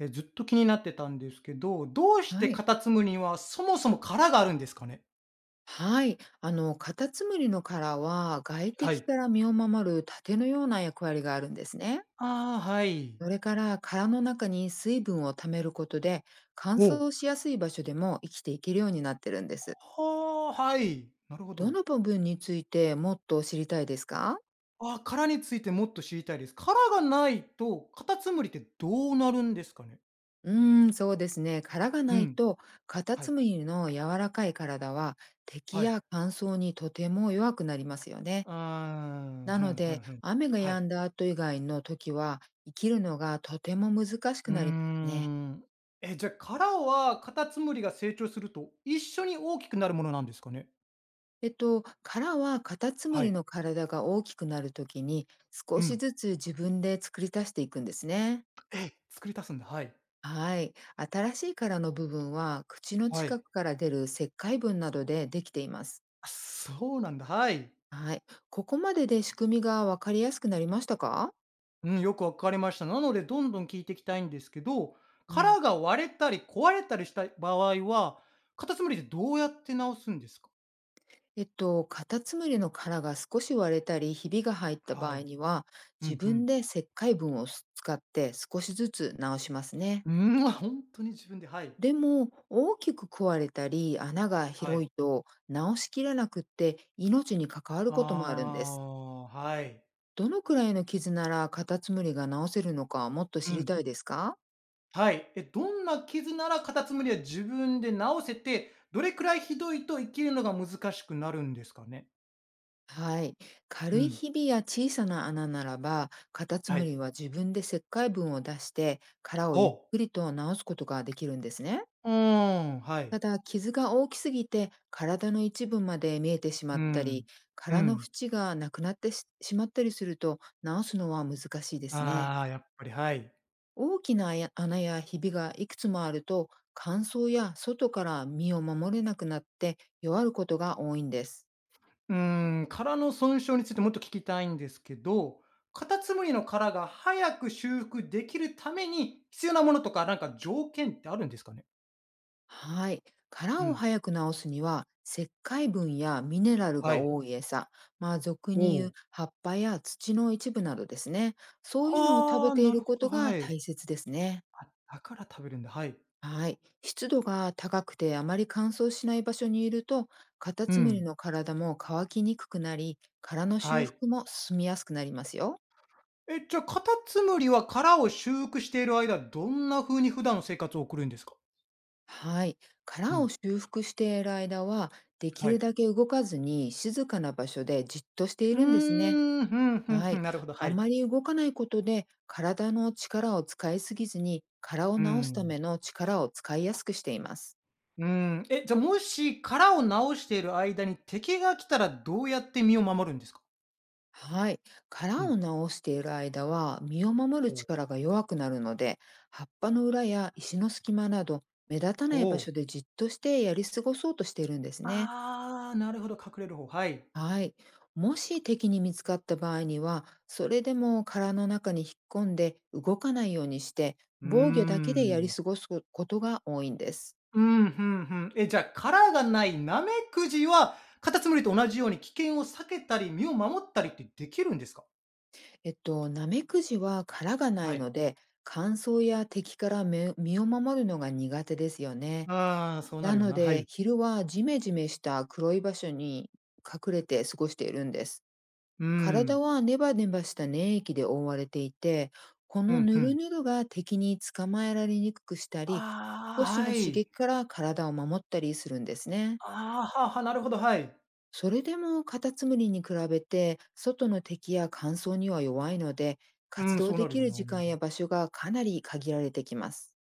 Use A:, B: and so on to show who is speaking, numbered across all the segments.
A: ずっと気になってたんですけど、どうして
B: はい。
A: カタツムリはそもそも殻があるんですかね？
B: はい。カタツムリの殻は外
A: は
B: 敵
A: い。
B: から身を守る盾のような役割があるんですね。
A: ああ、はい。
B: それから殻の中に水分を貯めることで、乾
A: おお。
B: 燥しやすい場所でも生きていけるようになってるんです。
A: はあ、はい。なるほ
B: ど
A: ど。
B: の部分についてもっと知りたいですか？
A: ああ、殻についてもっと知りたいです。殻がないと、カタツムリってどうなるんですかね？
B: うーん、そうですね。殻が
A: う
B: ない
A: ん。
B: と、カタ
A: はい、
B: ツムリの柔らかい体は敵
A: はい。
B: や乾燥にとても弱くなりますよね。
A: うーん、
B: な
A: ふ
B: の
A: んふん
B: で、
A: ふん。
B: 雨が
A: は
B: 止
A: い。
B: んだ後以外の時は、生きるのがとても難しく
A: うー
B: なりますね。
A: ん。じゃあ、殻はカタツムリが成長すると、一緒に大きくなるものなんですかね？
B: 殻はカタツム
A: は
B: リ
A: い。
B: の体が大きくなる時に、少
A: う
B: し
A: ん。
B: ずつ自分で作り足していくんですね。
A: え、作り出すんだ、はい。
B: はい。新しい殻の部分は、口の
A: は
B: 近
A: い。
B: くから出る石灰分などでできています。
A: あ、そうなんだ。はい。
B: はい。ここまでで仕組みがわかりやすくなりましたか？
A: うん、よくわかりました。なので、どんどん聞いていきたいんですけど、
B: うん。
A: 殻が割れたり壊れたりした場合は、カタツムリでどうやって直すんですか？
B: カタツムリの殻が少し割れたり、ひびが入った場
A: は
B: 合
A: い。
B: には、
A: う
B: 自
A: んう
B: 分
A: ん。
B: で石灰分を使って少しずつ直しますね。
A: うん、本当に自分で、はい。
B: でも、大きく壊れたり、穴が
A: はい。
B: 広いと直しきらなくって命に関わる
A: あ
B: こともあるんです。
A: あ、はい。
B: どのくらいの傷ならカタツムリが直せるのか、もっと
A: う
B: 知り
A: ん。
B: たいですか？
A: はい。え、どんな傷ならカタツムリは自分で治せて、どれくらいひどいと生きるのが難しくなるんですかね？
B: はい。
A: う
B: 軽い
A: ん。
B: ひびや小さな穴ならば、カタツ
A: は
B: ムリ
A: い。
B: は自分で石灰分を出して、殻をゆっ
A: お
B: くりと直すことができるんですね。
A: ううーん、はい。
B: ただ、傷が大きすぎて体の一部まで見えてしま
A: う
B: ったり、
A: ん。う
B: 殻の
A: ん。
B: 縁がなくなってしまったりすると、治すのは難しいですね。
A: ああ、やっぱり、はい。
B: 大きな穴穴やひびがいくつもあると、乾燥や外から身を守れなくなって、弱ることが多いんです。
A: うーん、殻の損傷についてもっと聞きたいんですけど、カタツムリの殻が早く修復できるために必要なものとか、なんか条件ってあるんですかね？
B: はい。
A: う
B: 殻を
A: ん。
B: 早く治すには、石灰分やミネラル
A: は
B: が
A: い。
B: 多い餌、まあ俗
A: お
B: に言う
A: お。
B: 葉っぱや土の一部などですね。そういうのを食
A: は
B: べ
A: あ、
B: てい
A: なる
B: る
A: ほ
B: こ
A: ど、
B: とが
A: はい。
B: 大切ですね。
A: あ、だから食べるんだ。はい。
B: はい。湿度が高くてあまり乾燥しない場所にいると、カタ
A: う
B: ツムリ
A: ん。
B: の体も乾きにくくなり、殻の
A: は
B: 修
A: い。
B: 復も進みやすくなりますよ。
A: え、じゃあ、カタツムリは殻を修復している間、どんな風に普段の生活を送るんですか？
B: はい。
A: う
B: 殻を
A: ん。
B: 修復している間は、でき
A: は
B: る
A: い。
B: だけ動かずに静かな場所でじっとしてい
A: う
B: るんですね。
A: ーん、ふんふん
B: は
A: ふん、
B: い。
A: なるほど、は
B: あ
A: い。
B: まり動かないことで、体の力を使いすぎずに、殻を
A: う
B: 治すた
A: ん。
B: めの力を使いやすくしています。
A: うん。え、じゃ、もし殻を直している間に敵が来たらどうやって身を守るんですか？
B: はい。
A: う
B: 殻を
A: ん。
B: 直している間は身を守る
A: ほう。
B: 力が弱くなるので、葉っぱの裏や石の隙間など目立たない場
A: ほう。
B: 所でじっとしてやり過ごそうとしているんですね。
A: ああ、なるほど、隠れる方、はい。
B: はい。もし敵に見つかった場合には、それでも殻の中に引っ込んで動かないようにして、
A: うー
B: 防御だけでやり
A: ん。
B: 過ごすことが多いんです。
A: うん、ふんふん。え、じゃ、殻がないナメクジは、カタツムリと同じように危険を避けたり、身を守ったりってできるんですか？
B: ナメクジは殻がな
A: は
B: い
A: い。
B: ので、乾燥や敵から身を守るのが苦手ですよね。
A: ああ、そうな
B: な
A: るよ
B: の
A: な、は
B: で、
A: い。
B: 昼はジメジメした黒い場所に隠れて過ごしているんです。
A: うー
B: 体
A: ん。
B: はネバネバした粘液で覆われていて、こ
A: う
B: の
A: ん、ふ
B: ヌル
A: ん。
B: ヌルが敵に捕まえられにくくしたり、少
A: ああ、
B: し
A: は
B: の刺
A: い。
B: 激から体を守ったりするんですね。
A: ああ、ははなるほど、はい。
B: それでもカタツムリに比べて、外の敵や乾燥には弱いので、
A: う
B: 活
A: ん、そ
B: 動
A: うな
B: で
A: る
B: き
A: よ
B: る
A: な。
B: 時間や場所がかなり限られてきます。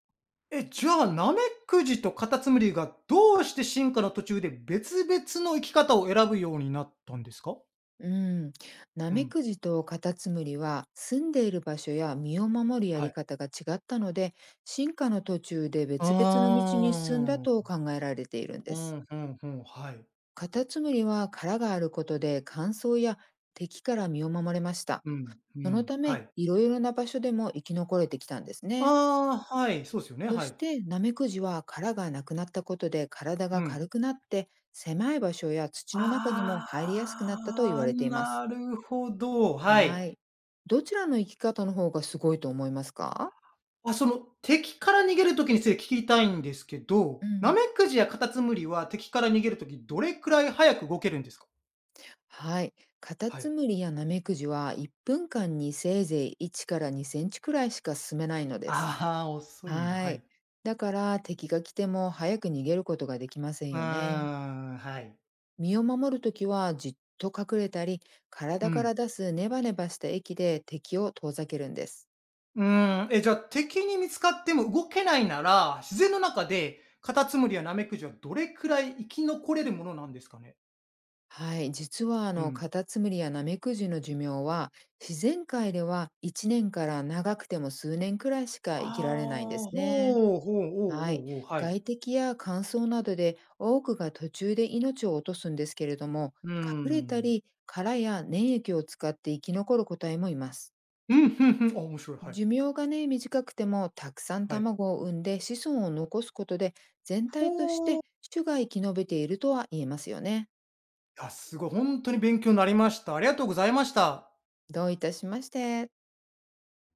A: え、じゃあ、ナメクジとカタツムリがどうして進化の途中で別々の生き方を選ぶようになったんですか？
B: うん、ナ
A: う
B: メ
A: ん、
B: クジとカタツムリは住んでいる場所や身を守るや
A: は
B: り
A: い。
B: 方が違ったので、進化の途中で別々の道に進んだ
A: あ
B: と
A: あ。
B: 考えられているんで
A: う
B: す。
A: ん、ふんふん、はい。
B: カタツムリは殻があることで、乾燥や敵から身を守れました。
A: うん、う
B: その
A: ん、
B: た
A: は
B: め、
A: い。
B: いろいろな場所でも生き残れてきたんですね。
A: ああ、はい、そうですよね、
B: そ
A: は
B: し
A: い。
B: てナメクジは殻がなくなったことで体
A: う
B: が
A: ん。
B: 軽くなって、狭い場所や土の中にも入りやす
A: あ
B: くなったと言
A: あ、
B: われています。
A: なるほど、は
B: は
A: い。
B: い。どちらの生き方の方がすごいと思いますか？
A: あ、その、敵から逃げる時について聞きたいんですけど、
B: う
A: ナ
B: ん。
A: メクジやカタツムリは敵から逃げる時どれくらい早く動けるんですか？
B: はい。カタ
A: は
B: ツ
A: い。
B: ムリやナメクジは1分間にせいぜい1から2センチくらいしか進めないのです。
A: ああ、遅いんだ、
B: は
A: は
B: い。
A: い。
B: だから敵が来ても早く逃げることができません
A: うー
B: よね。
A: ん、はい。
B: 身を守るときはじっと隠れたり、
A: う
B: 体から
A: ん。
B: 出すネバネバした液で敵を遠ざけるんです。
A: うーん、え、じゃあ、敵に見つかっても動けないなら、自然の中でカタツムリやナメクジはどれくらい生き残れるものなんですかね？
B: はい、実は
A: うん。
B: カタツムリやナメクジの寿命は、自然界では1年から長くても数年くらいしか生きられないんで
A: あ
B: す
A: あ、
B: ね。
A: ほう、ほう、おう
B: はい、
A: おうおう、はい。
B: 外敵や乾燥などで多くが途中で命を落とすんですけれども、
A: うー
B: 隠れた
A: ん。
B: り殻や粘液を使って生き残る個体もいます。
A: うん、ふんふん、あ、面白い、はい、
B: 寿命がね、短くてもたくさん
A: はい。
B: 卵を産んで子孫を残すことで、全体とし
A: ほう、い
B: て種が生き延びているとは言えますよね。
A: や、すごい、本当に勉強になりました。ありがとうございました。
B: どういたしまして。